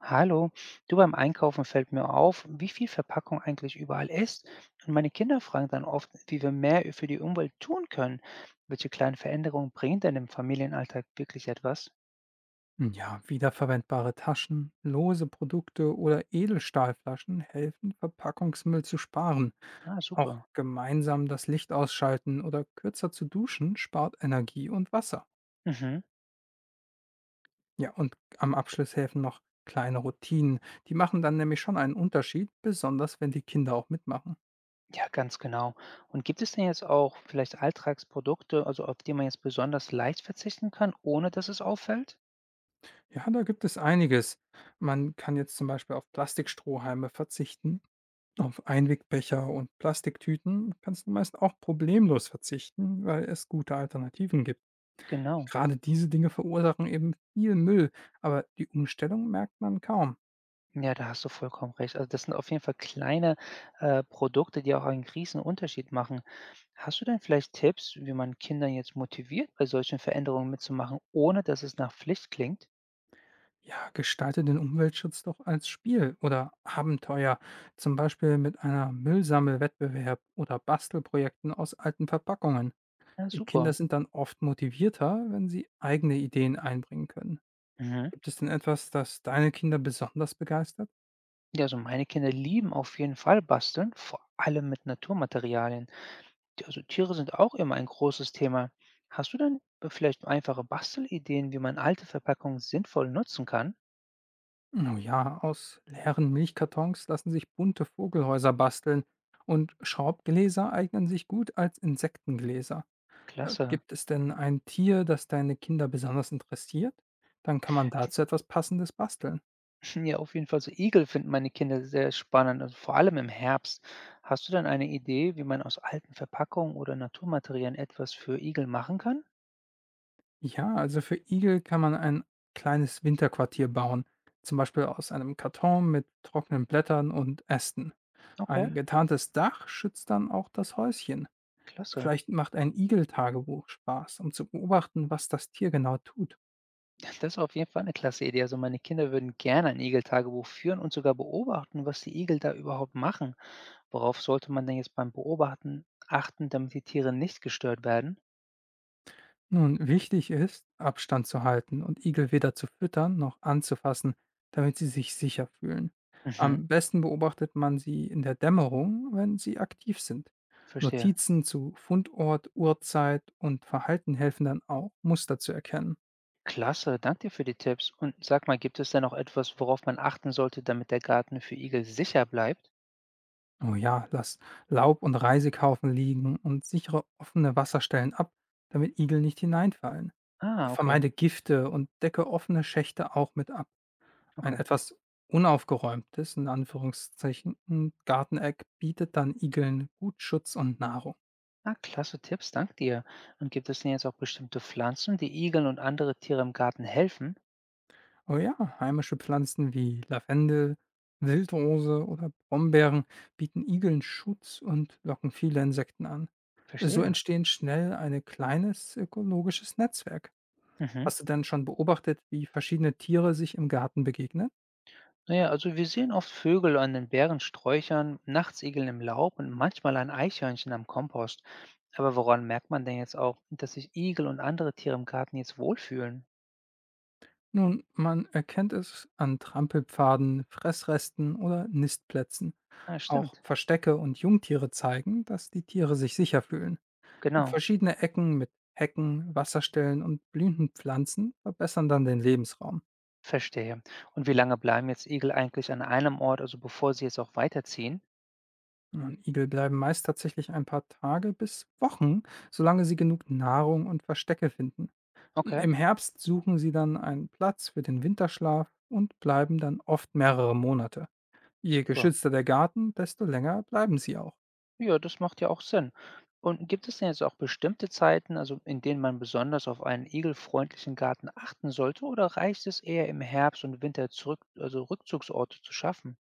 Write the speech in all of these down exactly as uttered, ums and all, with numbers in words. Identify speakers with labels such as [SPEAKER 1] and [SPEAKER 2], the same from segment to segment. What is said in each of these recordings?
[SPEAKER 1] Hallo, du beim Einkaufen fällt mir auf, wie viel Verpackung eigentlich überall ist. Und meine Kinder fragen dann oft, wie wir mehr für die Umwelt tun können. Welche kleinen Veränderungen bringen denn im Familienalltag wirklich etwas?
[SPEAKER 2] Hm, Ja, Wiederverwendbare Taschen, lose Produkte oder Edelstahlflaschen helfen, Verpackungsmüll zu sparen.
[SPEAKER 1] Ah,
[SPEAKER 2] Auch
[SPEAKER 1] super.
[SPEAKER 2] gemeinsam das Licht ausschalten oder kürzer zu duschen spart Energie und Wasser.
[SPEAKER 1] Mhm.
[SPEAKER 2] Ja, und am Abschluss helfen noch kleine Routinen. Die machen dann nämlich schon einen Unterschied, besonders wenn die Kinder auch mitmachen.
[SPEAKER 1] Ja, ganz genau. Und gibt es denn jetzt auch vielleicht Alltagsprodukte, also auf die man jetzt besonders leicht verzichten kann, ohne dass es auffällt?
[SPEAKER 2] Ja, da gibt es einiges. Man kann jetzt zum Beispiel auf Plastikstrohhalme verzichten. Auf Einwegbecher und Plastiktüten kannst du meist auch problemlos verzichten, weil es gute Alternativen gibt.
[SPEAKER 1] Genau.
[SPEAKER 2] Gerade diese Dinge verursachen eben viel Müll, aber die Umstellung merkt man kaum.
[SPEAKER 1] Ja, da hast du vollkommen recht. Also das sind auf jeden Fall kleine äh, Produkte, die auch einen riesen Unterschied machen. Hast du denn vielleicht Tipps, wie man Kindern jetzt motiviert, bei solchen Veränderungen mitzumachen, ohne dass es nach Pflicht klingt?
[SPEAKER 2] Ja, gestalte den Umweltschutz doch als Spiel oder Abenteuer, zum Beispiel mit einer Müllsammelwettbewerb oder Bastelprojekten aus alten Verpackungen.
[SPEAKER 1] Ja,
[SPEAKER 2] Kinder
[SPEAKER 1] super.
[SPEAKER 2] sind dann oft motivierter, wenn sie eigene Ideen einbringen können.
[SPEAKER 1] Mhm.
[SPEAKER 2] Gibt es denn etwas, das deine Kinder besonders begeistert?
[SPEAKER 1] Ja, also meine Kinder lieben auf jeden Fall Basteln, vor allem mit Naturmaterialien. Die- Also Tiere sind auch immer ein großes Thema. Hast du denn vielleicht einfache Bastelideen, wie man alte Verpackungen sinnvoll nutzen kann?
[SPEAKER 2] Oh ja, aus leeren Milchkartons lassen sich bunte Vogelhäuser basteln und Schraubgläser eignen sich gut als Insektengläser. Äh,
[SPEAKER 1] Klasse.
[SPEAKER 2] Gibt es denn ein Tier, das deine Kinder besonders interessiert? Dann kann man dazu etwas Passendes basteln.
[SPEAKER 1] Ja, auf jeden Fall. So Igel finden meine Kinder sehr spannend, also vor allem im Herbst. Hast du dann eine Idee, wie man aus alten Verpackungen oder Naturmaterialien etwas für Igel machen kann?
[SPEAKER 2] Ja, also für Igel kann man ein kleines Winterquartier bauen, zum Beispiel aus einem Karton mit trockenen Blättern und Ästen.
[SPEAKER 1] Okay,
[SPEAKER 2] Ein getarntes Dach schützt dann auch das Häuschen.
[SPEAKER 1] klasse.
[SPEAKER 2] Vielleicht macht ein Igel-Tagebuch Spaß, um zu beobachten, was das Tier genau tut.
[SPEAKER 1] Ja, das ist auf jeden Fall eine klasse Idee. Also, meine Kinder würden gerne ein Igel Tagebuch führen und sogar beobachten, was die Igel da überhaupt machen. Worauf sollte man denn jetzt beim Beobachten achten, damit die Tiere nicht gestört werden?
[SPEAKER 2] Nun, wichtig ist, Abstand zu halten und Igel weder zu füttern noch anzufassen, damit sie sich sicher fühlen.
[SPEAKER 1] Mhm,
[SPEAKER 2] Am besten beobachtet man sie in der Dämmerung, wenn sie aktiv sind.
[SPEAKER 1] verstehe.
[SPEAKER 2] Notizen zu Fundort, Uhrzeit und Verhalten helfen dann auch, Muster zu erkennen.
[SPEAKER 1] Klasse, danke dir für die Tipps. Und sag mal, gibt es denn noch etwas, worauf man achten sollte, damit der Garten für Igel sicher bleibt?
[SPEAKER 2] Oh ja, lass Laub- und Reisekaufen liegen und sichere offene Wasserstellen ab, damit Igel nicht hineinfallen.
[SPEAKER 1] Ah, okay,
[SPEAKER 2] Vermeide Gifte und decke offene Schächte auch mit ab. Ein
[SPEAKER 1] okay.
[SPEAKER 2] etwas unaufgeräumtes, in Anführungszeichen, hm, Garteneck bietet dann Igeln gut Schutz und Nahrung.
[SPEAKER 1] Ah, klasse Tipps, danke dir. Und gibt es denn jetzt auch bestimmte Pflanzen, die Igeln und andere Tiere im Garten helfen?
[SPEAKER 2] Oh ja, heimische Pflanzen wie Lavendel, Wildrose oder Brombeeren bieten Igeln Schutz und locken viele Insekten an. So
[SPEAKER 1] Verstehe.
[SPEAKER 2] entstehen schnell ein kleines ökologisches Netzwerk.
[SPEAKER 1] Mhm.
[SPEAKER 2] Hast du denn schon beobachtet, wie verschiedene Tiere sich im Garten begegnen?
[SPEAKER 1] Naja, also wir sehen oft Vögel an den Bärensträuchern, Nachtsigeln im Laub und manchmal ein Eichhörnchen am Kompost. Aber woran merkt man denn jetzt auch, dass sich Igel und andere Tiere im Garten jetzt wohlfühlen?
[SPEAKER 2] Nun, man erkennt es an Trampelpfaden, Fressresten oder Nistplätzen.
[SPEAKER 1] Ah,
[SPEAKER 2] Auch
[SPEAKER 1] stimmt.
[SPEAKER 2] Verstecke und Jungtiere zeigen, dass die Tiere sich sicher fühlen.
[SPEAKER 1] Genau.
[SPEAKER 2] Verschiedene Ecken mit Hecken, Wasserstellen und blühenden Pflanzen verbessern dann den Lebensraum.
[SPEAKER 1] Verstehe. Und wie lange bleiben jetzt Igel eigentlich an einem Ort, also bevor sie jetzt auch weiterziehen?
[SPEAKER 2] Und Igel bleiben meist tatsächlich ein paar Tage bis Wochen, solange sie genug Nahrung und Verstecke finden.
[SPEAKER 1] Okay,
[SPEAKER 2] Im Herbst suchen sie dann einen Platz für den Winterschlaf und bleiben dann oft mehrere Monate. Je
[SPEAKER 1] super.
[SPEAKER 2] geschützter der Garten, desto länger bleiben sie auch.
[SPEAKER 1] Ja, das macht ja auch Sinn. Und gibt es denn jetzt auch bestimmte Zeiten, also in denen man besonders auf einen igelfreundlichen Garten achten sollte, oder reicht es eher im Herbst und Winter zurück, also Rückzugsorte zu schaffen?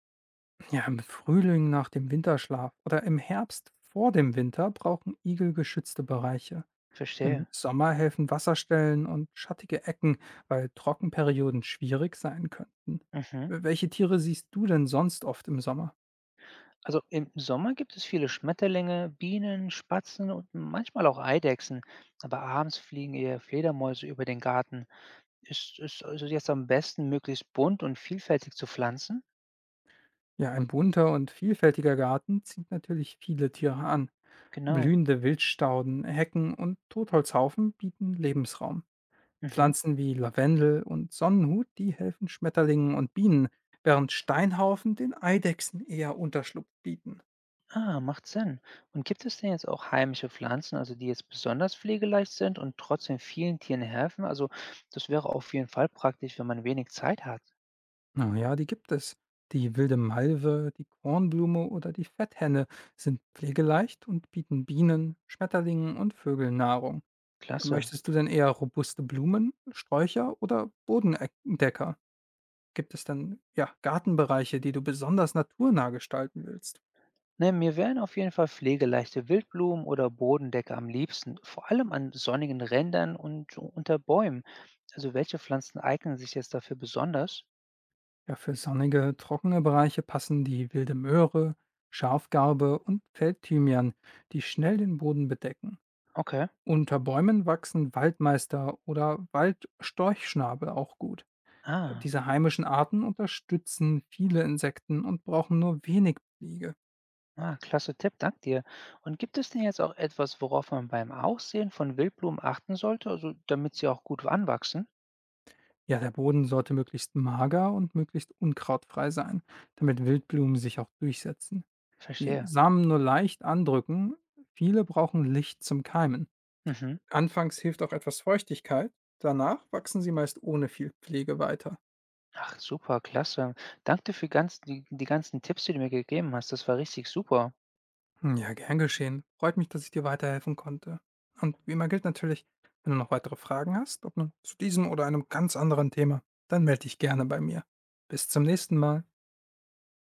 [SPEAKER 2] Ja, im Frühling nach dem Winterschlaf oder im Herbst vor dem Winter brauchen Igel geschützte Bereiche.
[SPEAKER 1] Verstehe.
[SPEAKER 2] Im Sommer helfen Wasserstellen und schattige Ecken, weil Trockenperioden schwierig sein könnten.
[SPEAKER 1] Mhm.
[SPEAKER 2] Welche Tiere siehst du denn sonst oft im Sommer?
[SPEAKER 1] Also im Sommer gibt es viele Schmetterlinge, Bienen, Spatzen und manchmal auch Eidechsen, aber abends fliegen eher Fledermäuse über den Garten. Ist es also jetzt am besten, möglichst bunt und vielfältig zu pflanzen?
[SPEAKER 2] Ja, ein bunter und vielfältiger Garten zieht natürlich viele Tiere an.
[SPEAKER 1] Genau.
[SPEAKER 2] Blühende Wildstauden, Hecken und Totholzhaufen bieten Lebensraum.
[SPEAKER 1] Mhm.
[SPEAKER 2] Pflanzen wie Lavendel und Sonnenhut, die helfen Schmetterlingen und Bienen, während Steinhaufen den Eidechsen eher Unterschlupf bieten.
[SPEAKER 1] Ah, macht Sinn. Und gibt es denn jetzt auch heimische Pflanzen, also die jetzt besonders pflegeleicht sind und trotzdem vielen Tieren helfen? Also das wäre auf jeden Fall praktisch, wenn man wenig Zeit hat.
[SPEAKER 2] Na ja, die gibt es. Die wilde Malve, die Kornblume oder die Fetthenne sind pflegeleicht und bieten Bienen, Schmetterlingen und Vögeln Nahrung.
[SPEAKER 1] Klasse.
[SPEAKER 2] Möchtest du denn eher robuste Blumen, Sträucher oder Bodendecker? Gibt es denn ja, Gartenbereiche, die du besonders naturnah gestalten willst?
[SPEAKER 1] Ne, mir wären auf jeden Fall pflegeleichte Wildblumen oder Bodendecke am liebsten, vor allem an sonnigen Rändern und unter Bäumen. Also welche Pflanzen eignen sich jetzt dafür besonders?
[SPEAKER 2] Ja, für sonnige, trockene Bereiche passen die wilde Möhre, Schafgarbe und Feldthymian, die schnell den Boden bedecken.
[SPEAKER 1] Okay.
[SPEAKER 2] Unter Bäumen wachsen Waldmeister oder Waldstorchschnabel auch gut.
[SPEAKER 1] Ah.
[SPEAKER 2] Diese heimischen Arten unterstützen viele Insekten und brauchen nur wenig Pflege.
[SPEAKER 1] Ah, klasse Tipp, dank dir. Und gibt es denn jetzt auch etwas, worauf man beim Aussehen von Wildblumen achten sollte, also damit sie auch gut anwachsen?
[SPEAKER 2] Ja, der Boden sollte möglichst mager und möglichst unkrautfrei sein, damit Wildblumen sich auch durchsetzen. Die
[SPEAKER 1] Verstehe.
[SPEAKER 2] Samen nur leicht andrücken, viele brauchen Licht zum Keimen.
[SPEAKER 1] Mhm.
[SPEAKER 2] Anfangs hilft auch etwas Feuchtigkeit. Danach wachsen sie meist ohne viel Pflege weiter.
[SPEAKER 1] Ach, super, klasse. Danke für ganz, die, die ganzen Tipps, die du mir gegeben hast. Das war richtig super.
[SPEAKER 2] Hm, Ja, gern geschehen. Freut mich, dass ich dir weiterhelfen konnte. Und wie immer gilt natürlich, wenn du noch weitere Fragen hast, ob nun zu diesem oder einem ganz anderen Thema, dann melde dich gerne bei mir. Bis zum nächsten Mal.